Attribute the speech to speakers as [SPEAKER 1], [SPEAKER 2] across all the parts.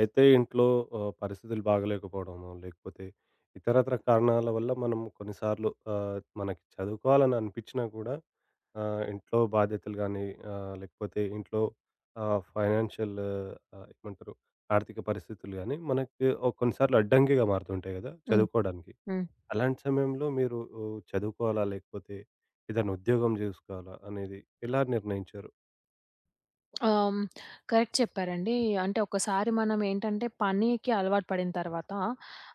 [SPEAKER 1] అయితే ఇంట్లో పరిస్థితులు బాగాలేకపోవడమో, లేకపోతే ఇతరత్ర కారణాల వల్ల మనం కొన్నిసార్లు మనకి చదువుకోవాలని అనిపించినా కూడా ఇంట్లో బాధ్యతలు గానీ, లేకపోతే ఇంట్లో ఫైనాన్షియల్ ఏమంటారు ఆర్థిక పరిస్థితులు గానీ, మనకి ఓ కొన్నిసార్లు అడ్డంకిగా మారుతుంటాయి గదా!
[SPEAKER 2] హ్మ్.
[SPEAKER 1] చదువుకోవడానికి.
[SPEAKER 2] హ్మ్.
[SPEAKER 1] అలాంటి సమయంలో మీరు ఓ, చదువుకోవాలా? లేకపోతే ఏదైనా ఉద్యోగం జేసుకోవాలా? అనేది ఎలా నిర్ణయించారు?
[SPEAKER 2] ఆహ్, కరెక్ట్ చెప్పారండి. అంటే ఒకసారి మనం ఏంటంటే పనికి అలవాటు పడిన తర్వాత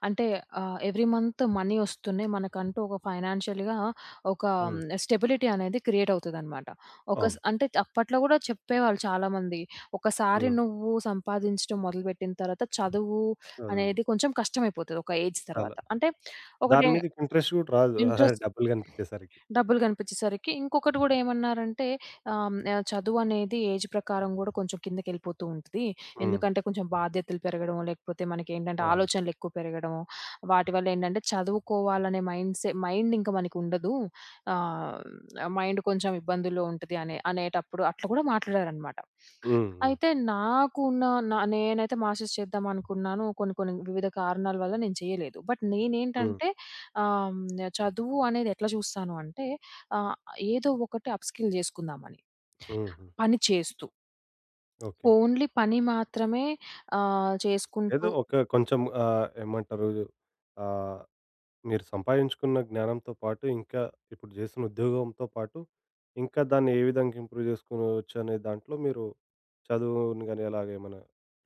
[SPEAKER 2] అంటే ఎవ్రీ మంత్ మనీ వస్తున్నాయి. మనకంటూ ఒక ఫైనాన్షియల్‌గా ఒక
[SPEAKER 1] హ్మ్.
[SPEAKER 2] స్టెబిలిటీ అనేది క్రియేట్ అవుతదనమాట. ఒక
[SPEAKER 1] అవును.
[SPEAKER 2] స్ అంటే అప్పట్లో కూడా చెప్పేవాళ్ళు చాలామంది. ఒకసారి
[SPEAKER 1] హ్మ్.
[SPEAKER 2] నువ్వు సంపాదించడం మొదలుపెట్టిన తర్వాత చదువు
[SPEAKER 1] చదువు
[SPEAKER 2] అనేది కొంచెం కష్టమైపోతది ఒక ఏజ్
[SPEAKER 1] చాలా
[SPEAKER 2] తర్వాత. అంటే
[SPEAKER 1] దాని
[SPEAKER 2] ఒకటే
[SPEAKER 1] మీదకి ఇంట్రెస్ట్ గూడా రాదు.
[SPEAKER 2] ఇంట్రెస్ట్
[SPEAKER 1] డబ్బులు కనిపిచ్చేసరికి.
[SPEAKER 2] డబ్బులు కనిపించేసరికి ఇంకొకటి గూడా ఏమన్నారంటే ఆహ్, హ్మ్. చదువనేది ఏజ్ ప్రకారం గూడా కొంచెం కిందకెళ్ళిపోతూ ఉంటది.
[SPEAKER 1] హ్మ్.
[SPEAKER 2] ఎందుకంటే కొంచెం బాధ్యతలు పెరగడం, లేకపోతే మనకేంటంటే
[SPEAKER 1] అవును.
[SPEAKER 2] ఆలోచనలెక్కువ పెరగడం, వాటి వల్లేంటంటే చదువుకోవాలనే మైండ్ ఇంక మనకుండదు. ఆహ్, మైండ్ కొంచెం ఇబ్బందుల్లో ఉంటది అనే అనేటప్పుడు అట్లా గూడా మాట్లాడారనమాట.
[SPEAKER 1] హ్మ్. హ్మ్.
[SPEAKER 2] అయితే నాకు ఉన్న నా నేనైతే మాస్టర్స్ చేద్దామనుకున్నాను. కొన్ని కొన్ని వివిధ కారణాల వల్ల నేను చేయలేదు. బట్
[SPEAKER 1] హ్మ్.
[SPEAKER 2] నేనేంటంటే ఆహ్, హ్మ్. చదువు అనేది ఎట్లా చూస్తాను అంటే ఆహ్, ఏదో ఒకటి అప్‌స్కిల్ చేసుకుందామని.
[SPEAKER 1] హుహు.
[SPEAKER 2] పని చేస్తూ.
[SPEAKER 1] ఓకే.
[SPEAKER 2] ఓన్లీ పని మాత్రమే
[SPEAKER 1] ఏదో
[SPEAKER 2] చేసుకుంటూ
[SPEAKER 1] ఒక కొంచెం ఏమంటారు, ఆహ్, మీరు సంపాదించుకున్న జ్ఞానంతో పాటు ఇంకా ఇప్పుడు చేస్తున్న ఉద్యోగంతో పాటు ఇంకా దాన్ని ఏ విధంగా ఇంప్రూవ్ చేసుకోవచ్చు అనే దాంట్లో మీరు చదువుని గాని అలాగేమన్నా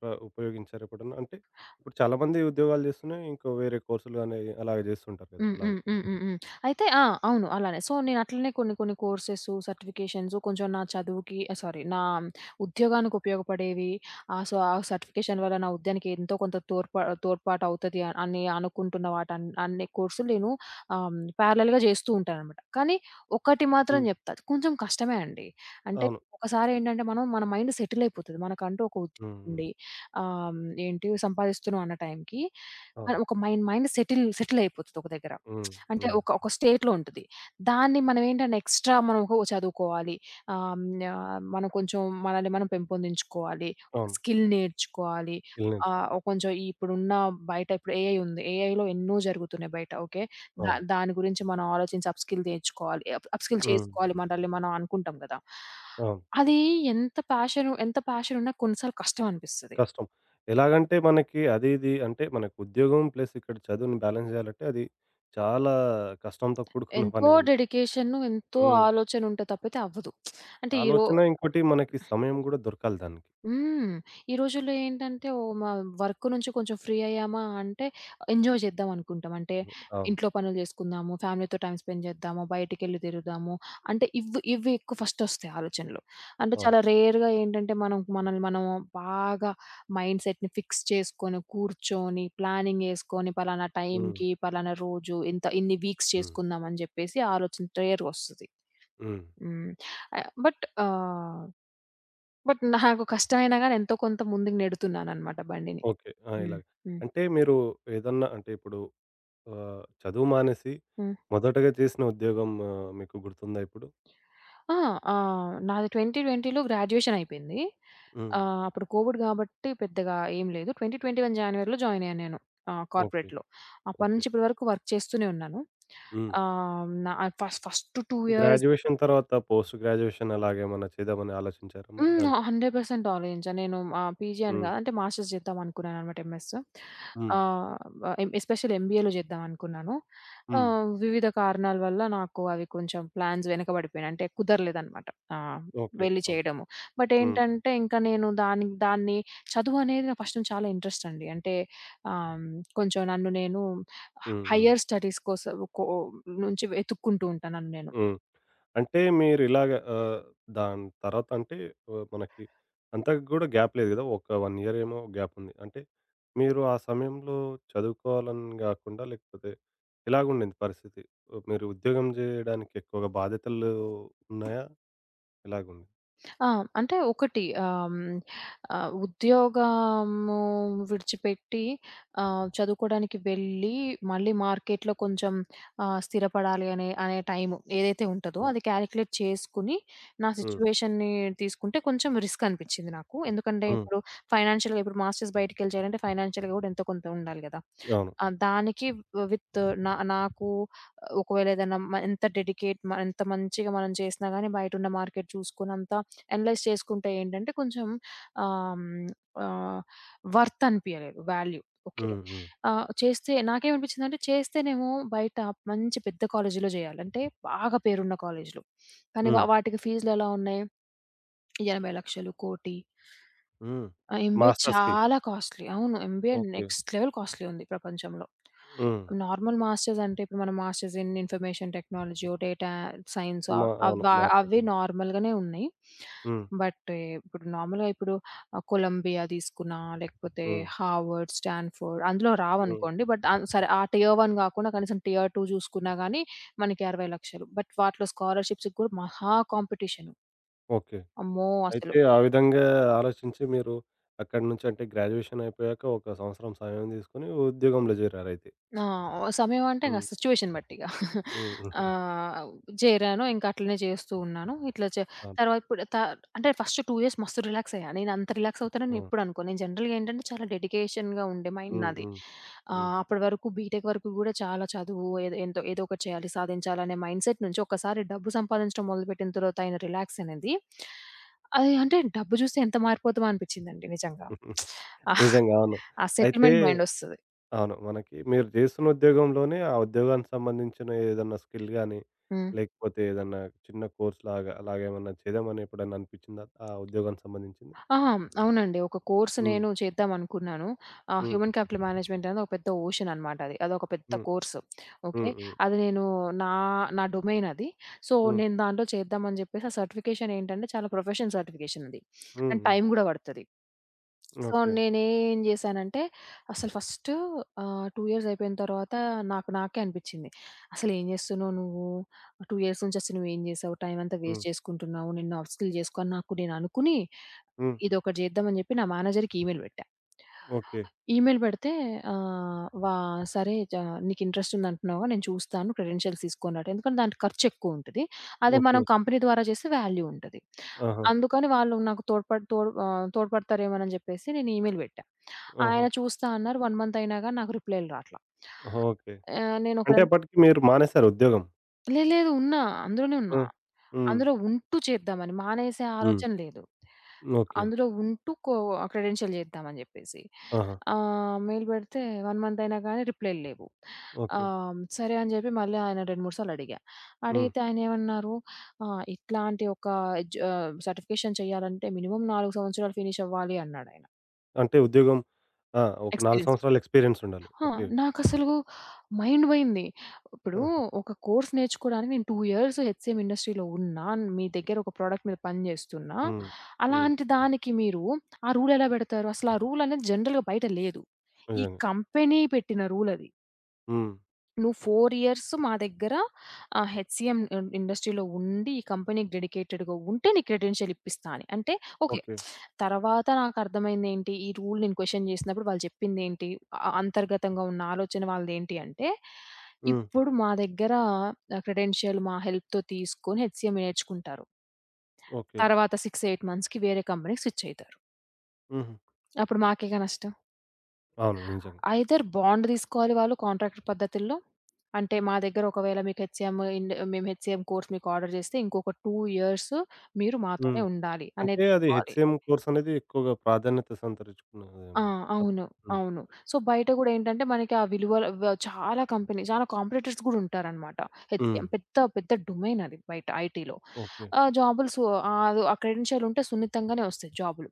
[SPEAKER 1] ఉపయోగించారా ఎప్పుడన్నా? అంటే ఇప్పుడు చాలామంది ఉద్యోగాలు చేస్తూనే ఇంకో వేరే కోర్సులు గాని అలాగ చేస్తుంటారు కదా!
[SPEAKER 2] హ్మ్.
[SPEAKER 1] అలాగా.
[SPEAKER 2] హ్మ్. హ్మ్. హ్మ్. హ్మ్. అయితే ఆ! అవును. అలానే. సో, నేను అట్లనే కొన్ని కొన్ని కోర్సెసు, సర్టిఫికేషన్స్ కొంచెం నా చదువుకి సారీ నా ఉద్యోగానికి ఉపయోగపడేవి. ఆ! సో, ఆ సర్టిఫికేషన్ వల్ల నా ఉద్యానికి ఎంతో కొంత తోడ్పాటు అవుతది అని అనుకుంటున్న అన్ని కోర్సులు నేను ఆహ్, ప్యారలెల్‌గా చేస్తూ ఉంటాననమాట. కానీ ఒకటి మాత్రం
[SPEAKER 1] హ్మ్.
[SPEAKER 2] చెప్తా. కొంచెం కష్టమే అండి. అంటే
[SPEAKER 1] అవును.
[SPEAKER 2] ఒకసారి ఏంటంటే మన మైండ్ సెటిల్ అయిపోతది. మనకంటూ ఒక ఉద్యోగం
[SPEAKER 1] హ్మ్. హ్మ్.
[SPEAKER 2] ఉండి ఆహ్, ఏంటి సంపాదిస్తున్నాం అన్న టైంకి
[SPEAKER 1] అవును.
[SPEAKER 2] మనం ఒక మైండ్ మైండ్ సెటిల్ సెటిల్ అయిపోతది ఒక దగ్గర.
[SPEAKER 1] హ్మ్.
[SPEAKER 2] అంటే
[SPEAKER 1] హ్మ్.
[SPEAKER 2] ఒక ఒక స్టేట్‌లో ఉంటది. దాన్ని మనం ఏంటంటే ఎక్స్‌ట్రా మనం ఒక చదువుకోవాలి. ఆహ్, హ్మ్, మనం కొంచెం మనల్ని మనం పెంపొందించుకోవాలి.
[SPEAKER 1] అవును.
[SPEAKER 2] స్కిల్ నేర్చుకోవాలి.
[SPEAKER 1] స్కిల్
[SPEAKER 2] ఓ
[SPEAKER 1] నేర్చుకోవాలి.
[SPEAKER 2] కొంచెం ఇప్పుడున్న బయట ఇప్పుడు ఏఐ ఉంది. ఏఐలో ఎన్నో జరుగుతున్నాయి బయట. ఓకే.
[SPEAKER 1] అవును.
[SPEAKER 2] దాని గురించి మనం ఆలోచించి అప్ స్కిల్ నేర్చుకోవాలి. అప్ అప్ స్కిల్
[SPEAKER 1] హ్మ్.
[SPEAKER 2] చేసుకోవాలి మనల్ని మనం అనుకుంటాం గదా!
[SPEAKER 1] అవును.
[SPEAKER 2] అది ఎంత ప్యాషన్ ఉన్నా కొన్ని సార్లు కష్టం అనిపిస్తది.
[SPEAKER 1] కష్టం. ఎలాగంటే మనకి అది ఇది అంటే మనకు ఉద్యోగం ప్లస్ ఇక్కడ చదువుని బ్యాలెన్స్ చేయాలంటే అది చాలా కష్టంతో కూడుకున్న
[SPEAKER 2] ఎంతో
[SPEAKER 1] పని.
[SPEAKER 2] డెడికేషను, ఎంతో
[SPEAKER 1] హ్మ్.
[SPEAKER 2] ఆలోచన ఉంటే తప్పితే అవ్వదు. అంటే ఈ రో
[SPEAKER 1] ఆలోచన ఇంకోటి మనకి సమయం గూడా దొరకాలి దానికి.
[SPEAKER 2] హ్మ్. ఈ రోజుల్లో ఏంటంటే ఓహ్! మా వర్క్ నుంచి కొంచెం ఫ్రీ అయ్యామా అంటే ఎంజాయ్ చేద్దాం అనుకుంటాం. అంటే
[SPEAKER 1] అవును.
[SPEAKER 2] ఇంట్లో పనులు చేసుకుందాము, ఫ్యామిలీతో టైమ్ స్పెండ్ చేద్దాము, బయటికెళ్ళి తిరుగుదాము. అంటే ఇవి ఎక్కువ ఫస్ట్ ఒస్తాయి ఆలోచనలు. అంటే
[SPEAKER 1] అవును.
[SPEAKER 2] చాలా రేర్‌గా ఏంటంటే మనం మనల్ని మనం బాగా మైండ్ సెట్‌ని ఫిక్స్ చేసుకొని, కూర్చొని, ప్లానింగ్ యేసుకొని పలానా
[SPEAKER 1] హ్మ్.
[SPEAKER 2] టైంకి, పలానా రోజు ఇన్ని వీక్స్
[SPEAKER 1] హ్మ్.
[SPEAKER 2] చేసుకుందాం అని జెప్పేసి ఆలోచన రేర్‌గొస్తది.
[SPEAKER 1] హ్మ్.
[SPEAKER 2] హ్మ్. ఆహ్, బట్ ఆహ్, బట్ నాకు కష్టమైనా గాని ఎంతో కొంత ముందుకు నెడుతున్నాననమాట బండిని.
[SPEAKER 1] ఓకే. ఆ!
[SPEAKER 2] హ్మ్.
[SPEAKER 1] ఇలాగ.
[SPEAKER 2] హ్మ్.
[SPEAKER 1] అంటే మీరు ఏదన్నా అంటే ఇప్పుడు చదువు మానేసి
[SPEAKER 2] హ్మ్.
[SPEAKER 1] మొదటగా చేసిన ఉద్యోగం ఆ, మీకు గుర్తుందా ఇప్పుడు?
[SPEAKER 2] ఆ! నాది 2020లో గ్రాడ్యుయేషన్ అయిపోయింది.
[SPEAKER 1] హ్మ్.
[SPEAKER 2] అప్పుడు కోవిడ్ గాబట్టి పెద్దగా ఏం లేదు. 2021 జాన్వరిలో జాయిన్ అయ్యాను నేను
[SPEAKER 1] ఓకే.
[SPEAKER 2] కార్పొరేట్‌లో. అప్పటి
[SPEAKER 1] ఓకే.
[SPEAKER 2] నుంచి ఇప్పటి వరకు వర్క్ చేస్తూనే ఉన్నాను.
[SPEAKER 1] హ్మ్.
[SPEAKER 2] ఆహ్, నా ఫస్ట్ ఫస్ట్ 2 ఇయర్స్
[SPEAKER 1] గ్రాడ్యుయేషన్ తర్వాత పోస్ట్ గ్రాడ్యుయేషన్ అలాగేమన్నా చేద్దామని ఆలోచించారా మరి
[SPEAKER 2] హ్మ్.
[SPEAKER 1] దాని తర్వాత?
[SPEAKER 2] 100% ఆలియంజా. నేను పీజీ అని
[SPEAKER 1] హ్మ్.
[SPEAKER 2] గాదు. అంటే మాస్టర్స్ చేద్దామనుకున్నాననమాట ఎంఎస్.
[SPEAKER 1] హ్మ్.
[SPEAKER 2] ఆహ్, ఎం ఎస్పెషల్లీ ఎంబీఏలో చేద్దామనుకున్నాను.
[SPEAKER 1] హ్మ్.
[SPEAKER 2] వివిధ కారణాల వల్ల నాకు అవి కొంచెం ప్లాన్స్ వెనకబడిపోయినాయి. అంటే కుదరలేదనమాట. ఆహ్,
[SPEAKER 1] ఓకే.
[SPEAKER 2] వెళ్లి
[SPEAKER 1] అవును.
[SPEAKER 2] చేయడము. బట్
[SPEAKER 1] హ్మ్.
[SPEAKER 2] ఏంటంటే ఇంకా నేను దాన్ని చదువనేది నాకు ఫస్ట్ నుంచి చాలా ఇంట్రెస్ట్ అండి. అంటే ఆహ్, కొంచెం నన్ను నేను
[SPEAKER 1] హ్మ్. హ్మ్.
[SPEAKER 2] హైయర్ స్టడీస్ కోసం నుంచి వెతుక్కుంటూ ఉంటాను నన్ను నేను.
[SPEAKER 1] హ్మ్. అంటే మీరిలాగ ఆహ్, దాని తర్వాత అంటే మనకి అంత గూడా గ్యాప్ లేదు గదా! ఒక 1 ఇయర్ ఏమో గ్యాప్ ఉంది. అంటే మీరు ఆ సమయంలో చదువుకోవాలని గాకుండా లేకపోతే ఎలాగుండింది పరిస్థితి? మీరు ఉద్యోగం జేయడానికి ఎక్కువగా బాధ్యతలు ఉన్నాయా? ఎలాగుంది?
[SPEAKER 2] ఆ! అంటే ఒకటి ఉద్యోగము విడిచిపెట్టి చదువుకోడానికి వెళ్ళి మళ్ళీ మార్కెట్‌లో కొంచెం స్థిరపడాలి అనే అనే టైము ఏదైతే ఉంటదో
[SPEAKER 1] హ్మ్.
[SPEAKER 2] అది క్యాలిక్యులేట్ చేసుకొని నా
[SPEAKER 1] హ్మ్.
[SPEAKER 2] సిట్యుయేషన్‌ని తీసుకుంటే కొంచెం రిస్క్ అనిపిచ్చింది నాకు. ఎందుకంటే
[SPEAKER 1] హ్మ్.
[SPEAKER 2] ఇప్పుడు ఫైనాన్షియల్‌గా ఇప్పుడు మాస్టర్స్ బయటికెళ్ళి చేయాలంటే ఫైనాన్షియల్‌గా గూడా ఎంతో కొంత ఉండాలి గదా!
[SPEAKER 1] అవును.
[SPEAKER 2] దానికి విత్ నా నాకు ఒకవేళ ఏదైనా ఎంత డెడికేట్ మ ఎంత మంచిగా మనం చేసినా గానీ బయటున్న మార్కెట్ చూసుకోనంత అనలైజ్ చేసుకుంటే ఏంటంటే కొంచెం ఆహ్, హ్మ్, ఆహ్, వర్త్ అనిపియలేదు. వాల్యూ. ఓకే.
[SPEAKER 1] హ్మ్. హ్మ్.
[SPEAKER 2] చేస్తే నాకేమనిపించిందంటే చేస్తేనేమో బయట మంచి పెద్ద కాలేజీలో జేయాలి. అంటే బాగా పేరున్న కాలేజీలు. కానీ
[SPEAKER 1] హ్మ్.
[SPEAKER 2] వాటికి ఫీజులెలా ఉన్నాయి? 80,00,000, 1,00,00,000.
[SPEAKER 1] హ్మ్.
[SPEAKER 2] ఆ! ఎంబీఏ
[SPEAKER 1] మాస్టర్స్‌కి.
[SPEAKER 2] చాలా కాస్ట్‌లీ. అవును. MBA
[SPEAKER 1] okay.
[SPEAKER 2] Next level costly ఉంది ప్రపంచంలో.
[SPEAKER 1] హ్మ్.
[SPEAKER 2] నార్మల్ మాస్టర్స్ అంటే ఇప్పుడు మన masters in information technology, data science అవ్
[SPEAKER 1] మా అవును.
[SPEAKER 2] అవ్వ అవి
[SPEAKER 1] మార్కెటింగ్.
[SPEAKER 2] నార్మల్‌గానే ఉన్నాయి.
[SPEAKER 1] హ్మ్.
[SPEAKER 2] బట్ ఇప్పుడు నార్మల్‌గా ఇప్పుడు కొలంబియా తీసుకున్నా, లేకపోతే
[SPEAKER 1] హ్మ్.
[SPEAKER 2] హార్వర్డ్, స్టాన్‌ఫోర్డ్ అందులో
[SPEAKER 1] హ్మ్.
[SPEAKER 2] రావనుకోండి. బట్ సరే ఆ టియర్ 1 కాకుండా కనీసం టియర్ 2 చూసుకున్నా గానీ మనకి 60,00,000. బట్ వాటిలో స్కాలర్‌షిప్స్‌కి కూడా మహా కాంపిటీషన్.
[SPEAKER 1] ఓకే.
[SPEAKER 2] అమ్మో! అసలు.
[SPEAKER 1] అయితే ఆ విధంగా ఆలోచించి మీరు అక్కడి నుంచి అంటే గ్రాడ్యుయేషన్ అయిపోయాక ఒక సంవత్సరం సమయం తీసుకొని ఉద్యోగంలో చేరారైతే.
[SPEAKER 2] ఆ! సమయం అంటే ఇంక
[SPEAKER 1] హ్మ్.
[SPEAKER 2] సిట్యుయేషన్ బట్టి ఇగ.
[SPEAKER 1] హ్మ్.
[SPEAKER 2] ఆహ్, చేరాను. ఇంక అట్లనే చేస్తూ ఉన్నాను. ఇట్లా చే
[SPEAKER 1] అవును.
[SPEAKER 2] తర్వాత ఇప్పుడు త అంటే ఫస్ట్ 2 ఇయర్స్ మస్తు రిలాక్స్ అయ్యా. నేను అంత రిలాక్స్ అవుతానని ఎప్పుడు అనుకోను. నేను జనరల్‌గా ఏంటంటే చాలా డెడికేషన్‌గా ఉండే మైండ్
[SPEAKER 1] హ్మ్.
[SPEAKER 2] నాది.
[SPEAKER 1] హ్మ్. హ్మ్.
[SPEAKER 2] అప్పటి వరకు బీటెక్ వరకు గూడా చాలా చదువు ఏదో ఎంతో ఏదో ఒకటి చేయాలి, సాధించాలనే మైండ్‌సెట్ నుంచి ఒక్కసారి డబ్బు సంపాదించడం మొదలుపెట్టిన తర్వాత అయిన రిలాక్స్ అనేది అది అంటే డబ్బు చూస్తే ఎంత మారిపోతామో అనిపించిందండి నిజంగా.
[SPEAKER 1] హ్మ్. నిజంగా అవును.
[SPEAKER 2] ఆ
[SPEAKER 1] అయితే
[SPEAKER 2] సెటిల్మెంట్ మైండ్ ఒస్తది.
[SPEAKER 1] అవును. మనకి మీరు జేస్తున్న ఉద్యోగంలోనే, ఆ ఉద్యోగానికి సంబంధించిన ఏదన్నా స్కిల్ గాని,
[SPEAKER 2] హ్మ్.
[SPEAKER 1] లేకపోతే ఏదన్నా చిన్న కోర్స్‌లాగా అలాగేమన్నా చేద్దామని ఎప్పుడన్నా అనిపిచ్చిందా? ఆ ఉద్యోగానికి సంబంధించింది?
[SPEAKER 2] ఆహా! అవునండి. ఒక కోర్స్
[SPEAKER 1] హ్మ్.
[SPEAKER 2] నేను చేద్దామనుకున్నాను.
[SPEAKER 1] హ్మ్.
[SPEAKER 2] హ్యూమన్ క్యాపిటల్ మేనేజ్మెంట్ అనేది ఒక పెద్ద ఓషన్ అనమాట అది. అదొక పెద్ద
[SPEAKER 1] హ్మ్.
[SPEAKER 2] కోర్స్. ఓకే.
[SPEAKER 1] హ్మ్. హ్మ్.
[SPEAKER 2] అది నేను నా నా డొమైన్ అది. సో,
[SPEAKER 1] హ్మ్.
[SPEAKER 2] నేను దాంట్లో చేద్దామని జెప్పేసి ఆ సర్టిఫికేషన్ ఏంటంటే చాలా ప్రొఫెషనల్ సర్టిఫికేషన్ అది.
[SPEAKER 1] హ్మ్.
[SPEAKER 2] అండ్
[SPEAKER 1] హ్మ్.
[SPEAKER 2] టైం గూడా పడతది. So,
[SPEAKER 1] okay.
[SPEAKER 2] నేనేం జేశానంటే అసలు ఫస్ట్ 2 ఇయర్స్ అయిపోయిన తర్వాత నాకు నాకే అనిపిచ్చింది. అసలేం జేస్తున్నావు నువ్వు? 2 ఇయర్స్ నుంచి అసలు నువ్వేం జేసావు? టైం అంతా
[SPEAKER 1] హ్మ్.
[SPEAKER 2] వేస్ట్ చేసుకుంటున్నావు. నిన్ను అప్ స్కిల్ జేసుకో అని నాకు నేను అనుకుని
[SPEAKER 1] హ్మ్.
[SPEAKER 2] ఇదొకటి జేద్దామని జెప్పి నా మేనేజర్‌కి ఈమెయిల్ బెట్టా.
[SPEAKER 1] ఓకే.
[SPEAKER 2] ఈమెయిల్ బెడితే ఆహ్, వా సరే జ నీకు ఇంట్రెస్ట్ ఉందంటున్నావుగా నేను చూస్తాను క్రెడెన్షియల్స్ తీసుకొని రాటం. ఎందుకంటే దానికి ఖర్చెక్కువుంటది. అదే
[SPEAKER 1] ఓకే.
[SPEAKER 2] మనం కంపెనీ ద్వారా చేస్తే వాల్యూ ఉంటది.
[SPEAKER 1] ఆహా!
[SPEAKER 2] అందుకని వాళ్ళు నాకు తోడ్పడతారేమోనని జెప్పేసి నేను ఈమెయిల్ బెట్టా.
[SPEAKER 1] ఆహా!
[SPEAKER 2] ఆయన చూస్తా అన్నారు. 1 మంత్ అయినా గాని నాకు రిప్లైలు రాట్లా.
[SPEAKER 1] ఆహా! ఓకే.
[SPEAKER 2] ఆహ్, నేనొక
[SPEAKER 1] అంటే
[SPEAKER 2] రెం
[SPEAKER 1] అప్పటికి మీరు మానేసారు ఉద్యోగం.
[SPEAKER 2] లేదు లేదు. ఉన్నా. అందులోనే ఉన్నా.
[SPEAKER 1] హ్మ్. హ్మ్.
[SPEAKER 2] అందులో ఉంటూ చేద్దామని. మానేసే
[SPEAKER 1] హ్మ్.
[SPEAKER 2] ఆలోచన లేదు.
[SPEAKER 1] ఓకే.
[SPEAKER 2] అందులో ఉంటూ కో క్రెడెన్షియల్ చేద్దామని జెప్పేసి.
[SPEAKER 1] ఆహా!
[SPEAKER 2] మెయిల్ పెడితే 1 మంత్ అయినా గానీ రిప్లైలు లేవు.
[SPEAKER 1] ఓకే.
[SPEAKER 2] సరే అని జెప్పి మళ్ళీ ఆయన 2, 3 సార్లు అడిగా.
[SPEAKER 1] హ్మ్.
[SPEAKER 2] అడిగితే ఆయనేమన్నారు ఇట్లాంటి ఒక సర్టిఫికేషన్ చేయాలంటే మినిమమ్ 4 సంవత్సరాలు ఫినిష్ అవ్వాలి అన్నాడాయన.
[SPEAKER 1] అంటే ఉద్యోగం ఆ! ఒక 4
[SPEAKER 2] ఎక్స్‌పీరియన్స్.
[SPEAKER 1] సంవత్సరాల ఎక్స్‌పీరియన్స్ ఉండాలి.
[SPEAKER 2] ఆ!
[SPEAKER 1] ఓకే.
[SPEAKER 2] నాకసలు మైండ్ పోయింది. ఇప్పుడు
[SPEAKER 1] ఆహా!
[SPEAKER 2] ఒక కోర్స్ నేర్చుకోవడానికి నేను 2 ఇయర్స్ హెచ్‌సిఎం ఇండస్ట్రీలో ఉన్నా. మీ దగ్గర ఒక ప్రొడక్ట్ మీద పని చేస్తున్నా.
[SPEAKER 1] హ్మ్. హ్మ్.
[SPEAKER 2] అలాంటి దానికి మీరు ఆ రూల్ ఎలా పెడతారు? అసలు ఆ రూల్ అనేది జనరల్‌గా బయట లేదు. ఈ
[SPEAKER 1] నిజంగా.
[SPEAKER 2] కంపెనీ పెట్టిన రూల్ అది.
[SPEAKER 1] హ్మ్.
[SPEAKER 2] నువ్వు 4 ఇయర్స్ మా దగ్గర హెచ్‌సీఎం ఇన్ ఇండస్ట్రీలో ఉండి, ఈ కంపెనీకి డెడికేటెడ్‌గా ఉంటే నీ క్రెడెన్షియల్ ఇప్పిస్తా అని. అంటే ఓకే.
[SPEAKER 1] ఓకే.
[SPEAKER 2] తర్వాత నాకర్థమైందేంటి, ఈ రూల్ నేను క్వెషన్ చేసినప్పుడు వాళ్ళు చెప్పిందేంటి, అంతర్గతంగా ఉన్న ఆలోచన వాళ్ళదేంటి అంటే,
[SPEAKER 1] హ్మ్.
[SPEAKER 2] ఇప్పుడు మా దగ్గర క్రెడెన్షియల్ మా హెల్ప్‌తో తీసుకొని హెచ్‌సీఎం నేర్చుకుంటారు.
[SPEAKER 1] ఓకే.
[SPEAKER 2] తర్వాత 6, 8 మంత్స్‌కి వేరే కంపెనీకి స్విచ్ అయితారు.
[SPEAKER 1] హుహు.
[SPEAKER 2] అప్పుడు మాకేగా నష్టం.
[SPEAKER 1] అవును. నిజంగా.
[SPEAKER 2] ఐదర్ బాండ్ తీసుకోవాలి వాళ్ళు కాంట్రాక్ట్ పద్ధతుల్లో. అంటే మా దగ్గర ఒకవేళ మీకు హెచ్‌సీఎం ఇండ్ మేము హెచ్‌సీఎం కోర్స్ మీకు ఆర్డర్ చేస్తే ఇంకొక 2 ఇయర్స్ మీరు
[SPEAKER 1] హ్మ్.
[SPEAKER 2] మాతోనే ఉండాలి అనేది
[SPEAKER 1] అంటే అది
[SPEAKER 2] తీసుకోవాలి.
[SPEAKER 1] హెచ్‌సీఎం కోర్సనేది ఎక్కువగా ప్రాధాన్యత
[SPEAKER 2] ఆ!
[SPEAKER 1] సంతరించుకున్నదేమో. తప్
[SPEAKER 2] అవును.
[SPEAKER 1] హ్మ్.
[SPEAKER 2] అవును. సో, బయట గూడా ఏంటంటే మనకి ఆ విలువల వ చాలా కంపెనీ చాలా కాంపిటీటర్స్ గూడా ఉంటారనమాట.
[SPEAKER 1] హ్మ్.
[SPEAKER 2] హెచ్‌సీఎం పెద్ద పెద్ద డొమైన్ అది బయట ఐటీలో.
[SPEAKER 1] ఓకే.
[SPEAKER 2] జాబులు ఆ క్రెడెన్షియల్ ఉంటే సున్నితంగానే వస్తాయి జాబులు.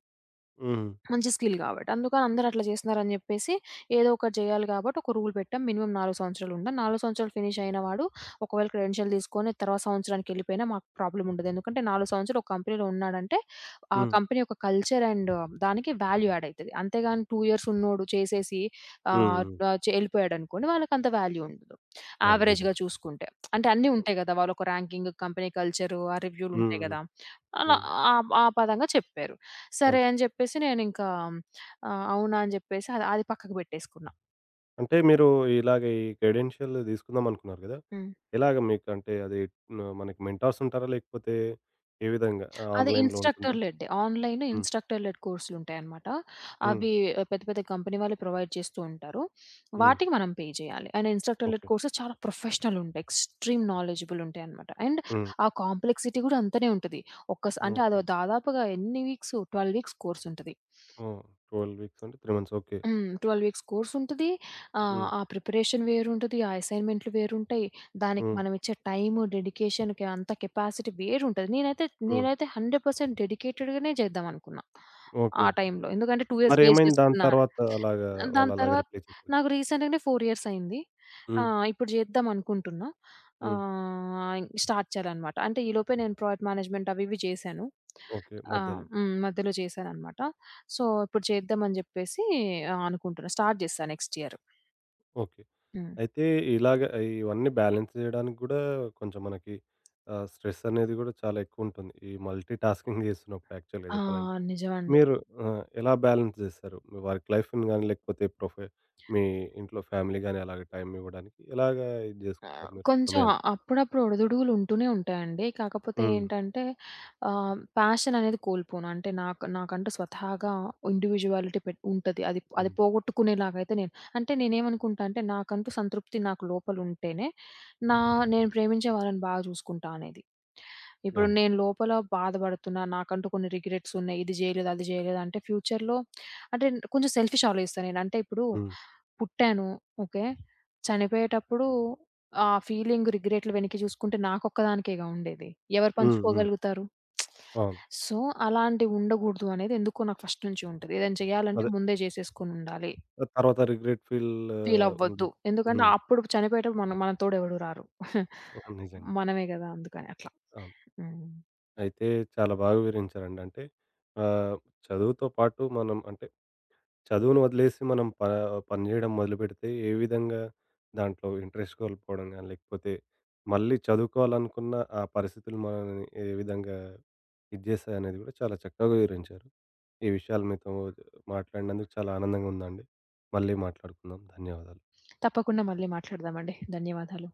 [SPEAKER 1] హ్మ్.
[SPEAKER 2] మంచి స్కిల్ కాబట్టి. అందుకని అందరూ అట్లా చేస్తున్నారని జెప్పేసి, ఏదో ఒకటి జేయాలి గాబట్టి ఒక రూల్ పెట్టాం. మినిమమ్ 4 సంవత్సరాలు ఉండాలి. 4 సంవత్సరాలు ఫినిష్ అయిన వాడు ఒకవేళ క్రెడెన్షియల్ తీసుకొని తర్వాత సంవత్సరానికెళ్ళిపోయినా మాకు ప్రాబ్లమ్ ఉండదు. ఎందుకంటే 4 సంవత్సరాలు ఒక కంపెనీలో ఉన్నాడంటే, ఆ
[SPEAKER 1] హ్మ్.
[SPEAKER 2] కంపెనీ యొక్క కల్చర్ అండ్ దానికి వాల్యూ యాడ్ అయితది. అంతేగాని 2 ఇయర్స్ ఉన్నోడు చేసేసి
[SPEAKER 1] హ్మ్.
[SPEAKER 2] ఆహ్,
[SPEAKER 1] హ్మ్.
[SPEAKER 2] ఆహ్, చే ఎళ్ళిపోయాడనుకోండి వాళ్ళకంత వాల్యూ ఉండదు.
[SPEAKER 1] అవును. నిజం.
[SPEAKER 2] యావరేజ్‌గా చూసుకుంటే. అంటే అన్నీ ఉంటాయి గదా! వాళ్ళొక ర్యాంకింగ్, కంపెనీ కల్చరు, ఆ రివ్యూలుంటాయి
[SPEAKER 1] హ్మ్.
[SPEAKER 2] గదా!
[SPEAKER 1] హ్మ్.
[SPEAKER 2] అలా
[SPEAKER 1] హ్మ్.
[SPEAKER 2] ఆ ఆ పదంగా చెప్పారు. సరే
[SPEAKER 1] అవును.
[SPEAKER 2] అని జెప్పేసి నేనింకా అవునా అని జెప్పేసి అది అది పక్కకు బెట్టేసుకున్నా.
[SPEAKER 1] అంటే మీరు ఇలాగ ఈ క్రెడెన్షియల్ తీసుకుందాం అనుకున్నారు గదా!
[SPEAKER 2] హ్మ్.
[SPEAKER 1] ఎలాగ మీకు అంటే అది న మనకి మెంటార్స్ ఉంటారా? లేకపోతే ఏ విధంగా
[SPEAKER 2] అది
[SPEAKER 1] ఆన్‌లైన్‌లో ఉంటుందా?
[SPEAKER 2] ఇన్‌స్ట్రక్టర్ లెడ్‌డే. ఆన్‌లైన్‌లో
[SPEAKER 1] హ్మ్.
[SPEAKER 2] ఇన్‌స్ట్రక్టర్ లెడ్ కోర్సులుంటాయనమాట.
[SPEAKER 1] హ్మ్.
[SPEAKER 2] అవి ఆ, పెద్ద పెద్ద కంపెనీ వాళ్ళు ప్రొవైడ్ చేస్తూ ఉంటారు.
[SPEAKER 1] హ్మ్.
[SPEAKER 2] వాటికి మనం పే జేయాలి. And instructor led
[SPEAKER 1] okay.
[SPEAKER 2] Courses చాలా ప్రొఫెషనల్ ఉంటాయి. ఎక్స్‌ట్రీమ్ నాలెడ్జబుల్ ఉంటాయనమాట. అండ్
[SPEAKER 1] హ్మ్.
[SPEAKER 2] ఆ కాంప్లెక్సిటీ గూడా అంతనే ఉంటది. అంటే
[SPEAKER 1] ఓకే.
[SPEAKER 2] అదో దాదాపుగా ఎన్ని వీక్సు 12 వీక్స్ కోర్సుంటది.
[SPEAKER 1] ఓహ్! 12 వీక్స్ అంటే 3 మంత్స్. ఓకే.
[SPEAKER 2] హ్మ్. 12 వీక్స్ కోర్సుంటది.
[SPEAKER 1] హ్మ్.
[SPEAKER 2] ఆ ప్రిపరేషన్ వేరుంటది. ఆ అసైన్‌మెంట్లు వేరుంటాయి. దానికి
[SPEAKER 1] హ్మ్.
[SPEAKER 2] మనమిచ్చే టైము, డెడికేషన్‌కి అంత కెపాసిటీ వేరుంటది. నేనైతే
[SPEAKER 1] హ్మ్.
[SPEAKER 2] నేనైతే 100% డెడికేటెడ్‌గానే చేద్దామనుకున్నా. ఆ
[SPEAKER 1] ఓకే.
[SPEAKER 2] టైంలో. ఎందుకంటే 2 ఇయర్స్ వేస్ట్
[SPEAKER 1] మరేమైంది దాని
[SPEAKER 2] చేసుకున్నా అని.
[SPEAKER 1] తర్వాత అలాగా
[SPEAKER 2] దాని
[SPEAKER 1] వాళ్ళలాగా
[SPEAKER 2] తర్వాత
[SPEAKER 1] రిప్లై చేసారు?
[SPEAKER 2] నాకు రీసెంట్‌గానే 4 ఇయర్స్ అయింది.
[SPEAKER 1] హ్మ్.
[SPEAKER 2] ఇప్పుడు చేద్దాం అనుకుంటున్నా.
[SPEAKER 1] హ్మ్.
[SPEAKER 2] స్టార్ట్ చేయాలనమాట. అంటే ఈలోపే నేను ప్రాజెక్ట్ మేనేజ్మెంట్ అవి ఇవి చేశాను.
[SPEAKER 1] ఓకే.
[SPEAKER 2] ఆహ్,
[SPEAKER 1] మధ్యలో.
[SPEAKER 2] హ్మ్. మధ్యలో చేశాననమాట. సో, ఇప్పుడు చేద్దామని జెప్పేసి అనుకుంటున్నా. స్టార్ట్ జేశా నెక్స్ట్ ఇయర్.
[SPEAKER 1] ఓకే.
[SPEAKER 2] హ్మ్.
[SPEAKER 1] అయితే ఇలాగ ఇవన్నీ బ్యాలెన్స్ జేయడానికి గూడా కొంచెం మనకి స్ట్రెస్ అనేది గూడా చాలా ఎక్కువుంటుంది. ఈ మల్టీ టాస్కింగ్ జేస్తున్నప్పుడు యాక్చువల్‌గా
[SPEAKER 2] ఆ!
[SPEAKER 1] జెప్పాలంటే.
[SPEAKER 2] నిజమండి.
[SPEAKER 1] మీరు ఆ! ఎలా బ్యాలెన్స్ జేస్తారు? మీ వర్క్ లైఫ్‌ని గాని లేకపోతే ప్రొఫె మీ ఇంట్లో ఫ్యామిలీ గాని అలాగ టైం ఇవ్వడానికి ఎలాగా ఇది
[SPEAKER 2] ఆ!
[SPEAKER 1] జేసుకుంటారు మీరు
[SPEAKER 2] కొంచెం
[SPEAKER 1] సమయాన్ని?
[SPEAKER 2] అప్పుడప్పుడు ఒడిదుడుగులుంటూనే ఉంటాయండి. కాకపోతే
[SPEAKER 1] హ్మ్.
[SPEAKER 2] ఏంటంటే ప్యాషన్ అనేది కోల్పోను. అంటే నాకు నాకంటూ స్వతహాగా ఇండివిడ్యువాలిటీ పెట్ ఉంటది. అది అది
[SPEAKER 1] హ్మ్.
[SPEAKER 2] పోగొట్టుకునేలాగైతే నేను అంటే నేనేమనుకుంటా అంటే నాకంటూ సంతృప్తి నాకు లోపలుంటేనే నా నేను ప్రేమించే వాళ్ళని బాగా చూసుకుంటా అనేది. ఇప్పుడు
[SPEAKER 1] అవును.
[SPEAKER 2] నేను లోపల బాధపడుతున్నా, నాకంటూ కొన్ని రిగ్రెట్స్ ఉన్నాయి. ఇది జేయలేదు, అది జేయలేదు అంటే ఫ్యూచర్‌లో అంటే కొంచెం సెల్ఫిష్ ఆలోచిస్తా నేను. అంటే ఇప్పుడు
[SPEAKER 1] హ్మ్.
[SPEAKER 2] పుట్టాను. ఓకే. చనిపోయేటప్పుడు ఆ ఫీలింగ్ రిగ్రెట్లు వెనక్కి చూసుకుంటే నాకొక్కదానికేగా ఉండేది. ఎవరు
[SPEAKER 1] హ్మ్. హ్మ్.
[SPEAKER 2] పంచుకోగలుగుతారు?
[SPEAKER 1] అవును.
[SPEAKER 2] సో, అలాంటివి ఉండగూడదు అనేది ఎందుకో నాకు ఫస్ట్ నుంచి ఉంటది. ఏదైనా చేయాలంటే
[SPEAKER 1] అదే.
[SPEAKER 2] ముందే చేసేసుకొనుండాలి.
[SPEAKER 1] తర్వాత రిగ్రెట్ ఫీల్
[SPEAKER 2] ఫీలవ్వద్దు.
[SPEAKER 1] ఉండదు.
[SPEAKER 2] ఎందుకంటే
[SPEAKER 1] హ్మ్.
[SPEAKER 2] అప్పుడు చనిపోయేటప్పుడు మన మన తోడెవడు రారు.
[SPEAKER 1] అవును. నిజంగా.
[SPEAKER 2] మనమే గదా! అందుకని అట్లా.
[SPEAKER 1] అవును.
[SPEAKER 2] హ్మ్.
[SPEAKER 1] అయితే చాలా బాగా వివరించారండి. అంటే ఆహ్, చదువుతో పాటు మనం అంటే చదువును వదిలేసి మనం ప పని చేయడం మొదలుపెడితే ఏ విధంగా దాంట్లో ఇంట్రెస్ట్ కోల్పోవడం గాని, లేకపోతే మళ్ళీ చదువుకోవాలనుకున్న ఆ పరిస్థితులు మనల్ని ఏ విధంగా ఇది చేస్తాయనేది కూడా చాలా చక్కగా వివరించారు. ఈ విషయాలు మీతో మాట్లాడినందుకు చాలా ఆనందంగా ఉందండి. మళ్ళీ మాట్లాడుకుందాం. ధన్యవాదాలు.
[SPEAKER 2] తప్పకుండా మళ్ళీ మాట్లాడదామండి. ధన్యవాదాలు.